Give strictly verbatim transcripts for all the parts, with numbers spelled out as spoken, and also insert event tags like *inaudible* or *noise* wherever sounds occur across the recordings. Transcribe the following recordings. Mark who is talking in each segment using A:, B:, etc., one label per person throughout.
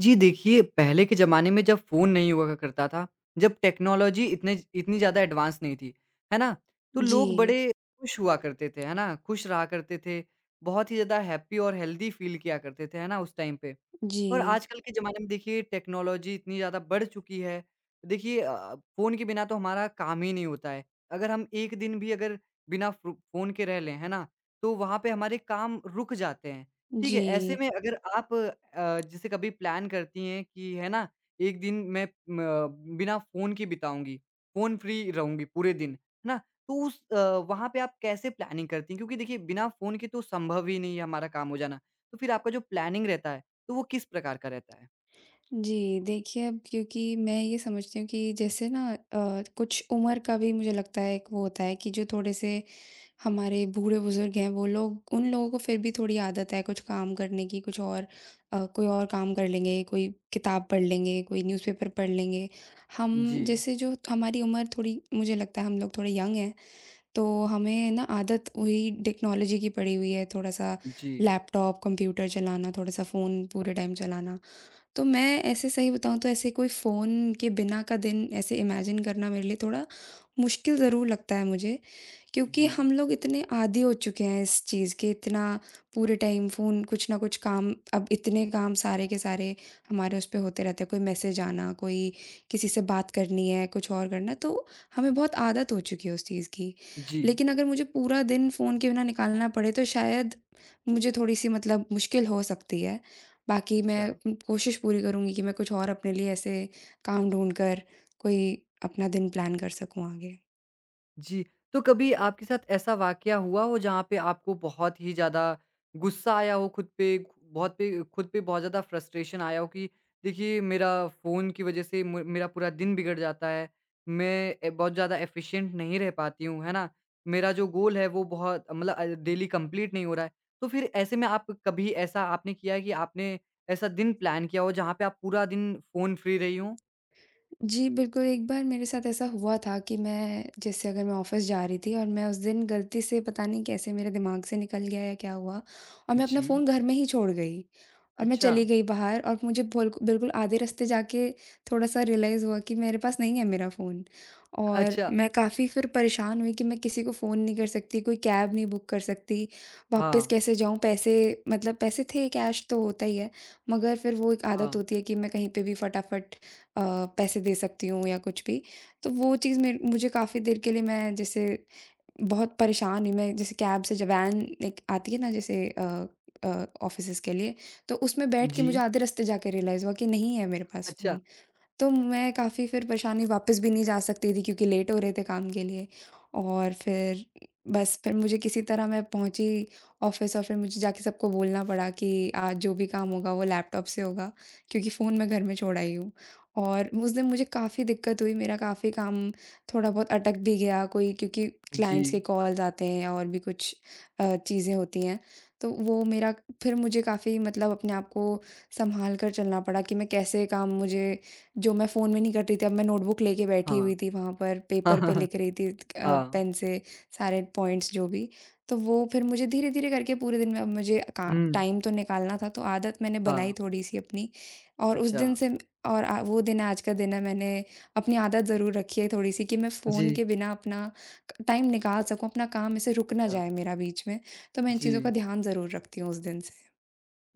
A: जी देखिए, पहले के ज़माने में जब फ़ोन नहीं हुआ करता था, जब टेक्नोलॉजी इतने इतनी ज़्यादा एडवांस नहीं थी, है ना? तो
B: जी,
A: लोग बड़े खुश हुआ करते थे, है ना? खुश रहा करते थे, बहुत ही ज़्यादा हैप्पी और हेल्दी फ़ील किया करते थे, है ना? उस टाइम पे। और
B: जी,
A: आजकल के ज़माने में देखिए टेक्नोलॉजी इतनी ज़्यादा बढ़ चुकी है। देखिए अ, फ़ोन के बिना तो हमारा काम ही नहीं होता है। अगर हम एक दिन भी अगर बिना फ़ो फ़ोन के रह लें, है ना? तो वहाँ पे हमारे काम रुक जाते हैं, ठीक है? ऐसे
B: जी,
A: में अगर आप अ, जैसे कभी प्लान करती हैं कि है ना, एक दिन मैं म बिना फ़ोन के बिताऊँगी, फ़ोन फ्री रहूँगी पूरे दिन, है ना? तो उस अ, वहाँ पे आप कैसे प्लानिंग करती हैं? क्योंकि देखिए बिना फ़ोन के तो संभव ही नहीं है हमारा काम हो जाना। तो फिर आपका जो प्लानिंग रहता है, तो वो किस प्रकार का रहता है?
B: जी। देखिए, अब क्योंकि मैं ये समझती हूँ कि जैसे ना अ, कुछ उम्र का भी मुझे लगता है एक वो होता है कि जो थोड़े से हमारे बूढ़े-बुज़ुर्ग हैं वो लोग, उन लोगों को फिर भी थोड़ी आदत है कुछ काम करने की, कुछ और अ, कोई और काम कर लेंगे, कोई किताब पढ़ लेंगे, कोई न्यूज़पेपर पढ़ लेंगे।
A: जी,
B: हम जैसे जो हमारी उम्र, थोड़ी मुझे लगता है हम लोग थोड़े यंग हैं। तो हमें ना आदत वही टेक्नोलॉजी की पड़ी हुई है, थोड़ा-सा
A: जी,
B: लैपटॉप, कंप्यूटर चलाना, थोड़ा-सा फ़ोन पूरे टाइम चलाना। तो मैं ऐसे सही बताऊँ तो ऐसे कोई फ़ोन के बिना का दिन ऐसे इमेजिन करना मेरे लिए थोड़ा मुश्किल ज़रूर लगता है मुझे, क्योंकि
A: जी,
B: हम लोग इतने आदी हो चुके हैं इस चीज़ के, इतना पूरे टाइम फ़ोन कुछ ना कुछ काम, अब इतने काम सारे के सारे हमारे उस पे होते रहते हैं, कोई मैसेज आना, कोई किसी से बात करनी है, कुछ और करना है, तो हमें बहुत आदत हो चुकी है उस चीज़ की।
A: जी।
B: लेकिन अगर मुझे पूरा दिन फ़ोन के बिना निकालना पड़े तो शायद मुझे थोड़ी-सी मतलब मुश्किल हो सकती है। बाकी
A: अच्छा।
B: मैं उम, कोशिश पूरी करूँगी कि मैं कुछ और अपने लिए ऐसे काम ढूँढ कर कोई अपना दिन प्लान कर सकूँ आगे।
A: जी, तो कभी आपके साथ ऐसा वाकया हुआ हो जहाँ पे आपको बहुत ही ज़्यादा गुस्सा आया हो खुद पे, बहुत पे खुद पे बहुत ज़्यादा फ्रस्ट्रेशन आया हो कि देखिए मेरा फ़ोन की वज़ह से म मेरा पूरा दिन बिगड़ जाता है, मैं ए, बहुत ज़्यादा एफ़िशिएंट नहीं रह पाती हूँ, है ना? मेरा जो गोल है वो बहुत मतलब अ, डेली कंप्लीट नहीं हो रहा है। तो फिर ऐसे में आप कभी ऐसा आपने किया है कि आपने ऐसा दिन प्लान किया हो जहाँ पे आप पूरा दिन फ़ोन फ्री रही हो?
B: जी, बिल्कुल। एक बार मेरे साथ ऐसा हुआ था कि मैं जैसे, अगर मैं ऑफ़िस जा रही थी और मैं उस दिन गलती से पता नहीं कैसे मेरे दिमाग से निकल गया या क्या हुआ, और मैं अपना
A: जी।
B: फ़ोन घर में ही छोड़ गई और मैं
A: अच्छा,
B: चली गई बाहर, और मुझे बोल्क बिल्कुल आधे रास्ते जाके थोड़ा-सा रियलाइज़ हुआ कि मेरे पास नहीं है मेरा फ़ोन। और
A: अच्छा।
B: मैं काफ़ी फिर परेशान हुई कि मैं किसी को फ़ोन नहीं कर सकती, कोई कैब नहीं बुक कर सकती, वापस
A: हाँ,
B: कैसे जाऊँ? पैसे, मतलब पैसे थे, कैश तो होता ही है, मगर फिर वो एक आदत
A: हाँ।
B: होती है कि मैं कहीं पे भी फटाफट अ, पैसे दे सकती हूँ या कुछ भी। तो वो चीज़ मेर मुझे काफ़ी देर के लिए, मैं जैसे बहुत परेशान हुई, मैं जैसे कैब से, जब वैन एक आती है ना, जैसे अ अ, ऑफ़िसेज़ के लिए, तो उसमें बैठ के
A: जी।
B: मुझे आधे रास्ते जाके रियलाइज़ हुआ कि नहीं है मेरे पास
A: अच्छा,
B: फ़ोन। तो मैं काफ़ी फिर परेशानी, वापस भी नहीं जा सकती थी क्योंकि लेट हो रहे थे काम के लिए, और फिर बस फिर मुझे किसी तरह मैं पहुँची ऑफ़िस, और फिर मुझे जाके सबको बोलना पड़ा कि आज जो भी काम होगा वो लैपटॉप से होगा, क्योंकि फ़ोन मैं घर में छोड़ आई हूँ। और उस दिन मुझे काफ़ी दिक्कत हुई, मेरा काफ़ी काम थोड़ा बहुत अटक भी गया कोई, क्योंकि क्लाइंट्स के
A: जी,
B: कॉल्स आते हैं और भी कुछ अ, चीज़ें होती हैं, तो वो मेरा फिर मुझे काफ़ी मतलब अपने आप को संभाल कर चलना पड़ा कि मैं कैसे काम, मुझे जो मैं फ़ोन में नहीं कर रही थी, अब मैं नोटबुक लेके बैठी
A: हाँ।
B: हुई थी वहाँ पर,
A: *laughs* हाँ,
B: पेपर
A: हाँ,
B: पे
A: हाँ।
B: लिख रही थी अ,
A: हाँ,
B: पेन से सारे पॉइंट्स जो भी। तो वो फिर मुझे धीरे-धीरे करके पूरे दिन में अब मुझे का
A: हुँ,
B: टाइम तो निकालना था, तो आदत मैंने
A: हाँ,
B: बनाई थोड़ी-सी अपनी, और उस
A: अच्छा,
B: दिन से, और अ, वो दिन आज का दिन है, मैंने अपनी आदत ज़रूर रखी है थोड़ी-सी कि मैं फ़ोन
A: जी,
B: के बिना अपना टाइम निकाल सकूँ, अपना काम ऐसे रुक ना
A: अच्छा,
B: जाए मेरा बीच में। तो मैं इन चीज़ों
A: जी।
B: का ध्यान ज़रूर रखती हूँ उस दिन से।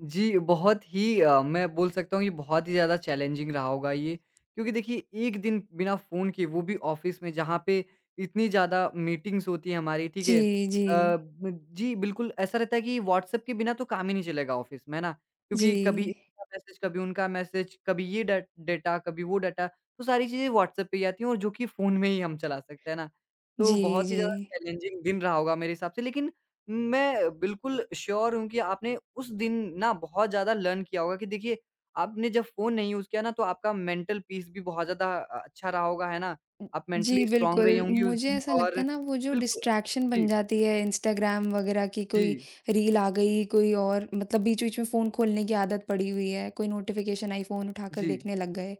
A: जी, बहुत ही अ, मैं बोल सकता हूँ कि बहुत ही ज़्यादा चैलेंजिंग रहा होगा ये। क्योंकि देखिए, एक दिन बिना फ़ोन के वो भी ऑफ़िस में जहाँ पे इतनी ज़्यादा मीटिंग्स होती हैं हमारी, ठीक
B: जी,
A: है? अ,
B: जी।
A: ब जी, बिल्कुल ऐसा रहता है कि व्हाट्सऐप के बिना तो काम ही नहीं चलेगा ऑफ़िस में, है ना?
B: जी।
A: क्योंकि कभी इसका मैसेज, कभी उनका मैसेज, कभी ये डा डाटा, कभी वो डाटा, तो सारी चीज़ें व्हाट्सऐप पे ही आती हैं और जो कि फ़ोन में ही हम चला सकते हैं ना? तो
B: जी,
A: बहुत ही
B: जी।
A: ज़्यादा चैलेंजिंग दिन रहा होगा मेरे हिसाब से। लेकिन मैं बिल्कुल श्योर हूँ कि आपने उस दिन ना बहुत ज़्यादा लर्न किया होगा कि देखिए, आपने जब फ़ोन नहीं यूज़ किया ना तो आपका मेंटल पीस भी बहुत ज़्यादा अ, अच्छा रहा होगा, है ना? आप
B: जी,
A: मेंटली स्ट्रॉन्ग रही
B: बिल्कुल।
A: हुँ। होंगी उस
B: मुझे
A: दिन
B: ऐसा
A: और
B: लगता है ना, वो जो
A: बिल्कुल
B: डिस्ट्रैक्शन बन
A: जी,
B: जाती है इंस्टाग्राम वगैरह की, कोई
A: जी,
B: रील आ गई, कोई और, मतलब बीच-बीच में फ़ोन खोलने की आदत पड़ी हुई है, कोई नोटिफ़िकेशन आई फ़ोन उठाकर
A: जी।
B: देखने लग गए।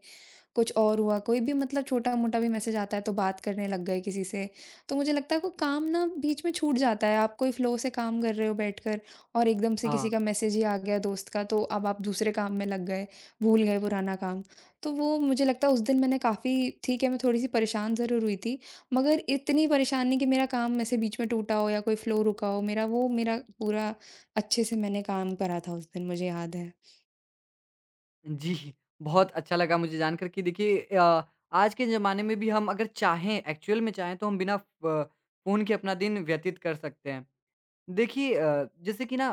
B: कुछ और हुआ, कोई भी मतलब छोटा-मोटा भी मैसेज आता है तो बात करने लग गए किसी से। तो मुझे लगता है वो काम ना बीच में छूट जाता है, आप कोई फ्लो से काम कर रहे हो बैठकर, और एकदम से
A: हाँ,
B: किसी का मैसेज ही आ गया दोस्त का, तो अब आप दूसरे काम में लग गए, भूल गए पुराना काम। तो वो मुझे लगता है उस दिन मैंने काफ़ी, ठीक है, मैं थोड़ी-सी परेशान ज़रूर हुई थी, मगर इतनी परेशान नहीं कि मेरा काम ऐसे बीच में टूटा हो या कोई फ्लो रुका हो, मेरा वो, मेरा पूरा अच्छे से मैंने काम करा था उस दिन, मुझे याद है।
A: जी, बहुत अच्छा लगा मुझे जानकर कि देखिए अ, आज के ज़माने में भी हम अगर चाहें, एक्चुअल में चाहें तो हम बिना फ फ़ोन के अपना दिन व्यतीत कर सकते हैं। देखिए अ, जैसे कि ना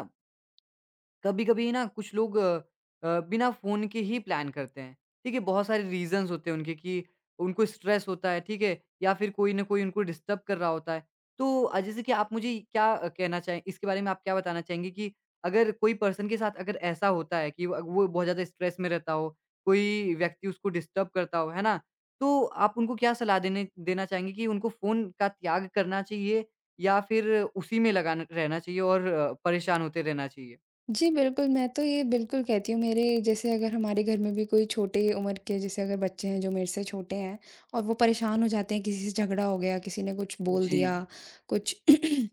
A: कभी-कभी ना कुछ लोग अ, अ, बिना फ़ोन के ही प्लान करते हैं, ठीक है? बहुत सारे रीज़न्स होते हैं उनके कि उनको स्ट्रेस होता है, ठीक है? या फिर कोई न कोई उनको डिस्टर्ब कर रहा होता है। तो अ, जैसे कि आप मुझे क्या अ, कहना चाहें इसके बारे में आप क्या बताना चाहेंगे कि अगर कोई पर्सन के साथ अगर ऐसा होता है कि व वो बहुत ज़्यादा स्ट्रेस में रहता हो, कोई व्यक्ति उसको डिस्टर्ब करता हो, है ना? तो आप उनको क्या सलाह देने देना चाहेंगे कि उनको फ़ोन का त्याग करना चाहिए या फिर उसी में लगाना रहना चाहिए और अ, परेशान होते रहना चाहिए?
B: जी, बिल्कुल। मैं तो ये बिल्कुल कहती हूँ, मेरे जैसे अगर हमारे घर में भी कोई छोटे उम्र के, जैसे अगर बच्चे हैं जो मेरे से छोटे हैं और वो परेशान हो जाते हैं, किसी से झगड़ा हो गया, किसी ने कुछ बोल
A: जी,
B: दिया, कुछ *clears throat*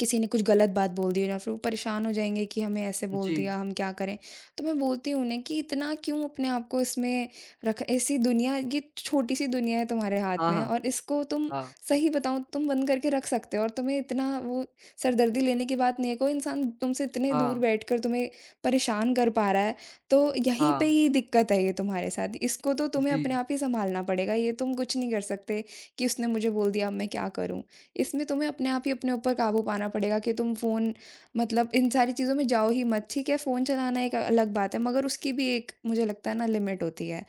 B: किसी ने कुछ गलत बात बोल दी, या फिर वो परेशान हो जाएँगे कि हमें ऐसे बोल
A: जी।
B: दिया, हम क्या करें? तो मैं बोलती हूँ उन्हें कि इतना क्यों अपने आप को इसमें रख, ऐसी दुनिया, ये छोटी-सी दुनिया है तुम्हारे हाथ
A: हाँ,
B: में,
A: हाँ।
B: और इसको तुम
A: हाँ,
B: सही बताऊँ तुम बंद करके रख सकते हो, और तुम्हें इतना वो सरदर्दी लेने की बात नहीं है। कोई इंसान तुमसे इतने दूर
A: हाँ,
B: बैठकर तुम्हें परेशान कर पा रहा है, तो यहीं पे
A: हाँ।
B: ही दिक्कत है, ये तुम्हारे साथ। इसको तो तुम्हें अपने
A: जी,
B: आप ही सँभालना पड़ेगा, ये तुम कुछ नहीं कर सकते कि उसने मुझे बोल दिया, अब मैं क्या करूँ? इसमें तुम्हें अपने आप ही अपने ऊपर काबू पाना पड़ेगा कि तुम फ़ोन, मतलब इन सारी चीज़ों में जाओ ही मत। ठीक है, फ़ोन चलाना एक अलग बात है, मगर उसकी भी एक, मुझे लगता है ना, लिमिट होती है।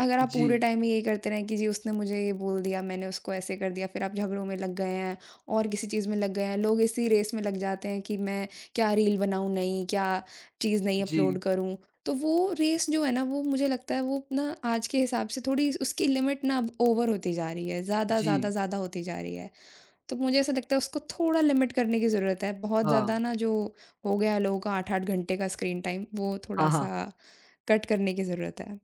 B: अगर आप पूरे
A: जी,
B: टाइम यही करते रहें कि जी उसने मुझे ये बोल दिया, मैंने उसको ऐसे कर दिया, फिर आप झगड़ों में लग गए हैं और किसी चीज़ में लग गए हैं। लोग इसी रेस में लग जाते हैं कि मैं क्या रील बनाऊँ नई, क्या चीज़ नई
A: जी,
B: अपलोड करूँ। तो वो रेस जो है ना, वो मुझे लगता है वो ना आज के हिसाब से थोड़ी उसकी लिमिट ना अब ओवर होती जा रही है। ज़्यादा, ज़्यादा,
A: जी।
B: ज़्यादा होती जा रही है। तो मुझे ऐसा लगता है उसको थोड़ा लिमिट करने की ज़रूरत है। बहुत
A: हाँ।
B: ज़्यादा ना जो हो गया है लोगों का आठ-आठ घंटे का स्क्रीन टाइम, वो
A: हाँ, हाँ।
B: थोड़ा-सा कट करने की ज़रूरत है।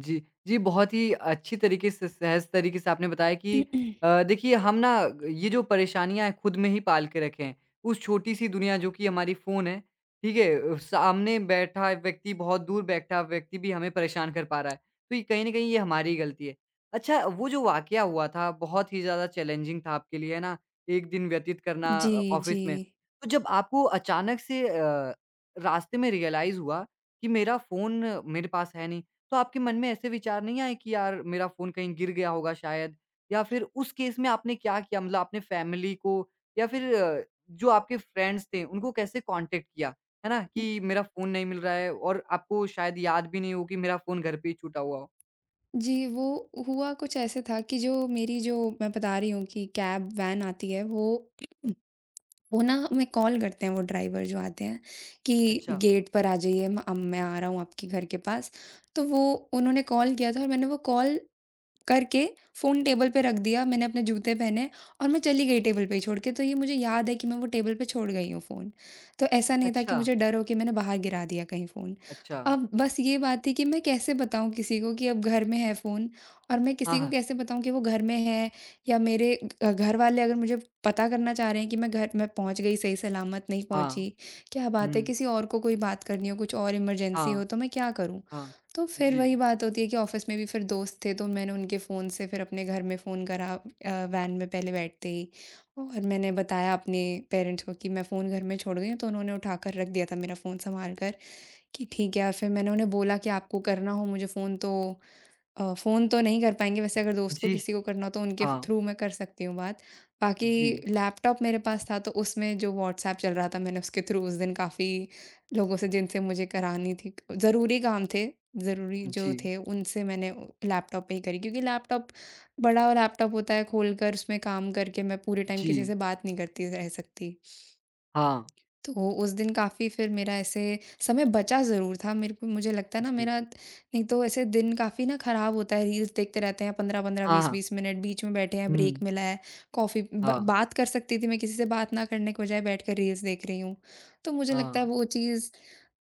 A: जी, जी, बहुत ही अच्छी तरीके से सहज तरीके से आपने बताया कि
B: *clears throat*
A: अ, देखिए हम ना ये जो परेशानियाँ हैं खुद में ही पाल के रखे हैं। उस छोटी-सी दुनिया जो कि हमारी फ़ोन है, ठीक है? अ, सामने बैठा व्यक्ति बहुत दूर बैठा व्यक्ति भी हमें परेशान कर पा रहा है। तो ये कहीं न कहीं ये हमारी ही गलती है। अच्छा वो जो वाक़या हुआ था बहुत ही ज़्यादा चैलेंजिंग था आपके लिए, है ना? एक दिन व्यतीत करना
B: जी,
A: अ, ऑफ़िस
B: जी।
A: में। तो जब आपको अचानक से अ, रास्ते में रियलाइज़ हुआ कि मेरा फ़ोन मेरे पास है नहीं तो आपके मन में ऐसे विचार नहीं आए कि यार मेरा फ़ोन कहीं गिर गया होगा शायद? या फिर उस केस में आपने क्या किया? मतलब आपने फैमिली को या फिर अ, जो आपके फ्रेंड्स थे उनको कैसे कॉन्टैक्ट किया? है ना?
B: उ
A: कि मेरा फ़ोन नहीं मिल रहा है और आपको शायद याद भी नहीं हो कि मेरा फ़ोन घर पे ही छूटा हुआ हो।
B: जी, वो हुआ कुछ ऐसे था कि जो मेरी, जो मैं बता रही हूँ कि कैब वैन आती है वो वो ना हमें कॉल करते हैं वो ड्राइवर जो आते हैं कि
A: अच्छा,
B: गेट पर आ जाइए, म अब मैं आ रहा हूँ आपके घर के पास। तो वो उन्होंने कॉल किया था और मैंने वो कॉल करके फ़ोन टेबल पे रख दिया, मैंने अपने जूते पहने और मैं चली गई टेबल पे ही छोड़ के, तो ये मुझे याद है कि मैं वो टेबल पे छोड़ गई हूँ फ़ोन। तो ऐसा नहीं था कि
A: अच्छा,
B: मुझे डर हो कि मैंने बाहर गिरा दिया कहीं फ़ोन।
A: अच्छा।
B: अब बस ये बात थी कि मैं कैसे बताऊँ किसी को कि अब घर में है फ़ोन, और मैं
A: हाँ,
B: किसी को
A: हाँ,
B: कैसे बताऊँ कि वो घर में है, या मेरे अ, घरवाले अगर मुझे पता करना चाह रहे हैं कि मैं घर मैं पहुँच गई, सही सलामत नहीं
A: हाँ।
B: पहुँची। क्या बात है,
A: हुँ,
B: किसी और को कोई बात करनी हो, कुछ और इमरजेंसी
A: हाँ,
B: हो, तो मैं क्या करूँ?
A: हाँ।
B: तो फिर
A: जी,
B: वही बात होती है कि ऑफ़िस में भी फिर दोस्त थे, तो मैंने उनके फ़ोन से फिर अपने घर में फ़ोन करा अ, वैन में पहले बैठते ही, और मैंने बताया अपने पेरेंट्स को कि मैं फ़ोन घर में छोड़ गई हूँ, तो उन्होंने उठाकर रख दिया था मेरा फ़ोन सँभाल कर कि ठीक है। और फिर मैंने उन्हें बोला कि आपको करना हो मुझे फ़ोन तो अ, फ़ोन तो नहीं कर पाएँगे, वैसे अगर दोस्त को
A: जी,
B: किसी को करना हो तो उनके फ
A: हाँ,
B: थ्रू मैं कर सकती हूँ बात। बाकी
A: जी,
B: लैपटॉप मेरे पास था, तो उसमें जो व्हाट्सऐप चल रहा था मैंने उसके थ्रू उस दिन काफ़ी लोगों से जिनसे मुझे करानी थी ज़रूरी काम थे, ज़रूरी जो
A: जी,
B: थे उनसे मैंने अ, लैपटॉप पे ही करी, क्योंकि लैपटॉप, बड़ा लैपटॉप होता है, खोल कर उसमें काम करके मैं पूरे टाइम किसी
A: जी,
B: से बात नहीं करती रह सकती।
A: हाँ,
B: तो उस दिन काफ़ी फिर मेरा ऐसे समय बचा ज़रूर था, मेरे को मुझे लगता है ना,
A: जी,
B: मेरा नहीं तो ऐसे दिन काफ़ी ना ख़राब होता है, रील्स देखते रहते हैं पंद्रह-पंद्रह
A: हाँ, हाँ।
B: बीस-बीस मिनट, बीच में बैठे हैं ब्रेक
A: हुँ,
B: मिला है कॉफ़ी, ब
A: हाँ,
B: बात कर सकती थी मैं किसी से, बात ना करने के बजाय बैठकर रील्स देख रही हूँ। तो मुझे लगता है
A: हाँ,
B: वो चीज़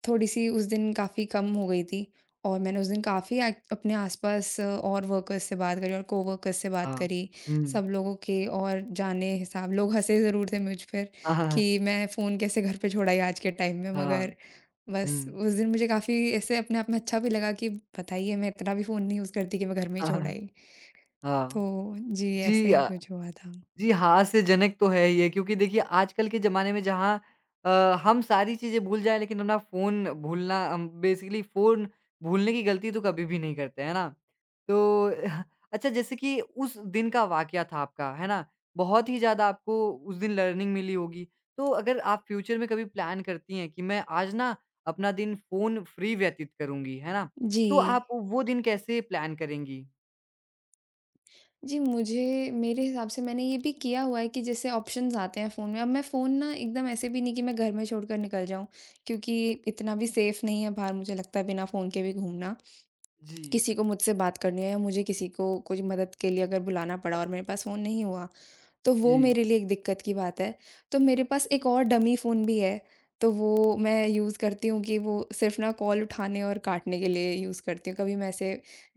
B: थोड़ी-सी उस दिन काफ़ी कम हो गई थी, और मैंने उस दिन काफ़ी एक अपने आस-पास अ, और वर्कर्स से बात करी और कोवर्कर्स से बात
A: हाँ।
B: करी,
A: हुँ।
B: सब लोगों के, और जाने हिसाब लोग हँसे ज़रूर थे मुझ पर
A: हाँ, हाँ,
B: कि मैं फ़ोन कैसे घर पे छोड़ आई आज के टाइम में,
A: हाँ, हाँ।
B: मगर बस
A: हुँ।
B: उस दिन मुझे काफ़ी ऐसे अपने आप में अच्छा भी लगा कि बताइए मैं इतना भी फ़ोन नहीं यूज़ करती कि मैं घर में ही
A: हाँ,
B: छोड़
A: हाँ,
B: आई। तो
A: हाँ।
B: जी, ऐसे
A: जी
B: ही
A: अ,
B: कुछ हुआ था।
A: जी, हास्यजनक तो है ये क्योंकि देखिए आजकल के ज़माने में जहाँ अ, हम सारी चीज़ें भूल जाएँ लेकिन अपना फ़ोन भूलना हम बेसिकली फ़ोन भूलने की गलती तो कभी भी नहीं करते, है ना? तो *laughs* अच्छा जैसे कि उस दिन का वाक़या था आपका, है ना? बहुत ही ज़्यादा आपको उस दिन लर्निंग मिली होगी। तो अगर आप फ्यूचर में कभी प्लान करती हैं कि मैं आज ना अपना दिन फ़ोन फ्री व्यतीत करूँगी, है ना?
B: जी।
A: तो आप वो दिन कैसे प्लान करेंगी?
B: जी, मुझे मेरे हिसाब से मैंने ये भी किया हुआ है कि जैसे ऑप्शंस आते हैं फ़ोन में, अब मैं फ़ोन ना एकदम ऐसे भी नहीं कि मैं घर में छोड़कर निकल जाऊँ क्योंकि इतना भी सेफ़ नहीं है बाहर, मुझे लगता है बिना फ़ोन के भी घूमना।
A: जी,
B: किसी को मुझसे बात करनी है या मुझे किसी को कोई मदद के लिए अगर बुलाना पड़ा और मेरे पास फ़ोन नहीं हुआ, तो वो
A: जी।
B: मेरे लिए एक दिक्कत की बात है। तो मेरे पास एक और डमी फ़ोन भी है, तो वो मैं यूज़ करती हूँ कि वो सिर्फ़ ना कॉल उठाने और काटने के लिए यूज़ करती हूँ। कभी मैं ऐसे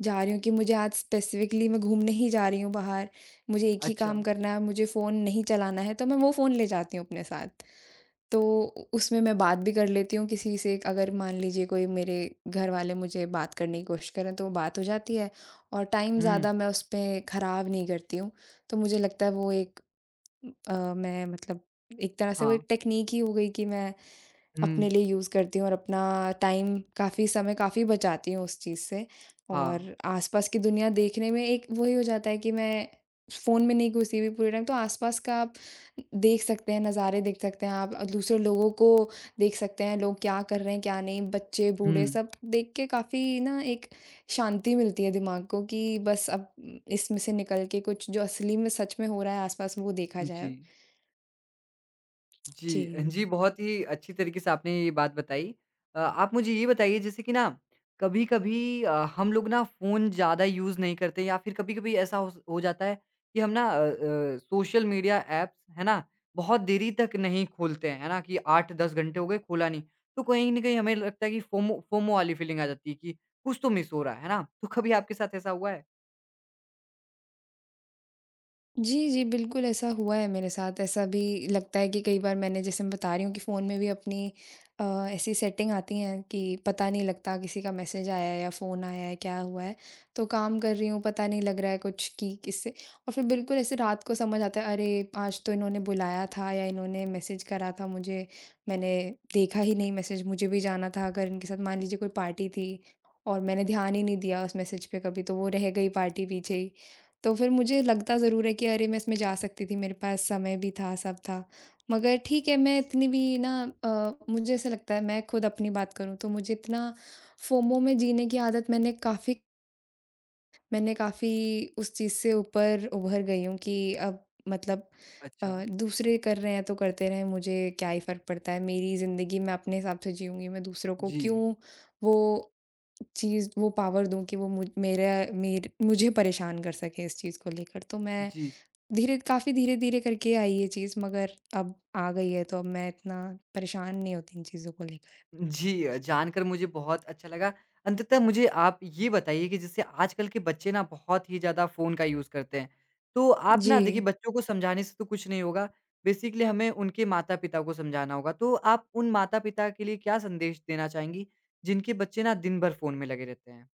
B: जा रही हूँ कि मुझे आज स्पेसिफ़िकली मैं घूमने ही जा रही हूँ बाहर, मुझे एक ही
A: अच्छा।
B: काम करना है, मुझे फ़ोन नहीं चलाना है, तो मैं वो फ़ोन ले जाती हूँ अपने साथ। तो उ उसमें मैं बात भी कर लेती हूँ किसी से, अगर मान लीजिए कोई मेरे घरवाले मुझे बात करने की कोशिश करें, तो वो बात हो जाती है और टाइम
A: हुँ,
B: ज़्यादा मैं उसपे ख़राब नहीं करती हूँ। तो मुझे लगता है वो एक अ, मैं मतलब एक तरह से वो
A: हाँ।
B: एक टेक्नीक ही हो गई कि मैं अपने
A: हुँ।
B: लिए यूज़ करती हूँ और अपना टाइम काफ़ी समय काफ़ी बचाती हूँ उस चीज़ से।
A: हाँ।
B: और आसपास की दुनिया देखने में एक वही हो जाता है कि मैं फ़ोन में नहीं घुसी हुई पूरे टाइम, तो आसपास का आप देख सकते हैं, नज़ारे देख सकते हैं, आप दूसरे लोगों को देख सकते हैं, लोग क्या कर रहे हैं क्या नहीं, बच्चे बूढ़े
A: हुँ।
B: सब देख के काफ़ी ना एक शांति मिलती है दिमाग को कि बस अब इसमें से निकल के कुछ जो असली में सच में हो रहा है आसपास वो देखा
A: जी।
B: जाए।
A: जी। अ,
B: जी।
A: जी, बहुत ही अच्छी तरीके से आपने ये बात बताई। अ, आप मुझे ये बताइए जैसे कि ना कभी-कभी अ, हम लोग ना फ़ोन ज़्यादा यूज़ नहीं करते या फिर कभी-कभी ऐसा हो स हो जाता है कि हम ना अ अ, सोशल मीडिया ऐप्स, है ना, बहुत देरी तक नहीं खोलते हैं, है ना, कि आठ दस घंटे हो गए खोला नहीं। तो कहीं न कहीं हमें लगता है कि फ़ोमो फ़ोमो वाली फ़ीलिंग आ जाती है कि कुछ तो मिस हो रहा है, है ना? तो कभी आपके साथ ऐसा हुआ है?
B: जी, जी, बिल्कुल ऐसा हुआ है मेरे साथ। ऐसा भी लगता है कि कई बार, मैंने जैसे मैं बता रही हूँ कि फ़ोन में भी अपनी अ, ऐसी सेटिंग आती हैं कि पता नहीं लगता किसी का मैसेज आया है या फ़ोन आया है, क्या हुआ है। तो काम कर रही हूँ, पता नहीं लग रहा है कुछ कि किससे, और फिर बिल्कुल ऐसे रात को समझ आता है, अरे! आज तो इन्होंने बुलाया था या इन्होंने मैसेज करा था मुझे, मैंने देखा ही नहीं मैसेज। मुझे भी जाना था अगर इनके साथ, मान लीजिए कोई पार्टी थी और मैंने ध्यान ही नहीं दिया उस मैसेज पे कभी, तो वो रह गई पार्टी पीछे ही। तो फिर मुझे लगता ज़रूर है कि अरे, मैं इसमें जा सकती थी, मेरे पास समय भी था, सब था। मगर ठीक है, मैं इतनी भी ना अ, मुझे ऐसा लगता है, मैं खुद अपनी बात करूँ तो मुझे इतना फ़ोमो में जीने की आदत, मैंने काफ़ी मैंने काफ़ी उस चीज़ से ऊपर उभर गई हूँ कि अब मतलब
A: अच्छा।
B: अ, दूसरे कर रहे हैं तो करते रहें, मुझे क्या ही फ़र्क पड़ता है। मेरी ज़िंदगी मैं अपने हिसाब से जीऊँगी, मैं दूसरों को
A: जी।
B: क्यों वो चीज़, वो पावर दूँ कि वो मुझ मेरा मेर मुझे परेशान कर सकें इस चीज़ को लेकर। तो मैं
A: जी।
B: धीरे काफ़ी धीरे-धीरे करके आई ये चीज़, मगर अब आ गई है, तो अब मैं इतना परेशान नहीं होती इन चीज़ों को लेकर।
A: जी अ, जानकर मुझे बहुत अच्छा लगा। अंततः मुझे आप ये बताइए कि जैसे आजकल के बच्चे ना बहुत ही ज़्यादा फ़ोन का यूज़ करते हैं। तो आप
B: जी।
A: ना देखिए बच्चों को समझाने से तो कुछ नहीं होगा, बेसिकली हमें उनके माता-पिता को समझाना होगा। तो आप उन माता-पिता के लिए क्या संदेश देना चाहेंगी, जिनके बच्चे ना दिन भर फ़ोन में लगे रहते हैं?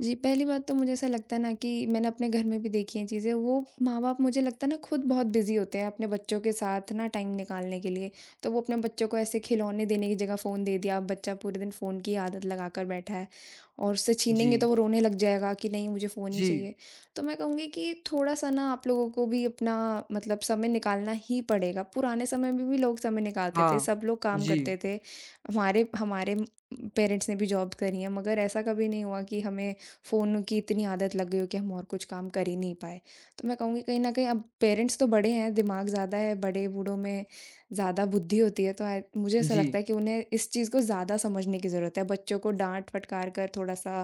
B: जी, पहली बात तो मुझे ऐसा लगता है ना कि मैंने अपने घर में भी देखी हैं चीज़ें, वो माँ-बाप मुझे लगता है ना खुद बहुत बिज़ी होते हैं अपने बच्चों के साथ ना टाइम निकालने के लिए। तो वो अपने बच्चों को ऐसे खिलौने देने की जगह फ़ोन दे दिया, अब बच्चा पूरे दिन फ़ोन की आदत लगाकर बैठा है, और उससे
A: जी।
B: छीनेंगे तो वो रोने लग जाएगा कि नहीं, मुझे फ़ोन ही
A: जी।
B: चाहिए। तो मैं कहूँगी कि थोड़ा-सा ना आप लोगों को भी अपना, मतलब, समय निकालना ही पड़ेगा। पुराने समय में भी लोग समय निकालते थे,
A: हाँ।
B: सब लोग काम
A: जी।
B: करते थे। हमारे हमारे पेरेंट्स ने भी जॉब करी है, मगर ऐसा कभी नहीं हुआ कि हमें फ़ोन की इतनी आदत लग गई हो कि हम और कुछ काम कर ही नहीं पाए। तो मैं कहूँगी कहीं न कहीं, अब पेरेंट्स तो बड़े हैं, दिमाग ज़्यादा है, बड़े-बूढ़ों में ज़्यादा बुद्धि होती है, तो आई मुझे ऐसा
A: जी।
B: लगता है कि उन्हें इस चीज़ को ज़्यादा समझने की ज़रूरत है। बच्चों को डाँट-फटकार कर थोड़ा-सा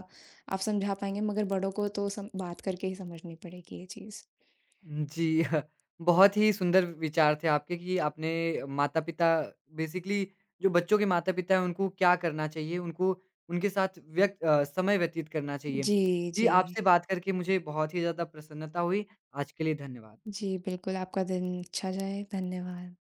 B: आप समझा पाएँगे, मगर बड़ों को तो सम बात करके ही समझनी पड़ेगी ये चीज़।
A: जी, *laughs* बहुत ही सुंदर विचार थे आपके कि आपने माता-पिता बेसिकली जो बच्चों के माता-पिता हैं उनको क्या करना चाहिए, उनको उनके साथ व्यक्त अ, समय व्यतीत करना चाहिए।
B: जी,
A: जी,
B: जी।
A: आपसे बात करके मुझे बहुत ही ज़्यादा प्रसन्नता हुई। आज के लिए धन्यवाद।
B: जी, बिल्कुल, आपका दिन अच्छा जाए। धन्यवाद।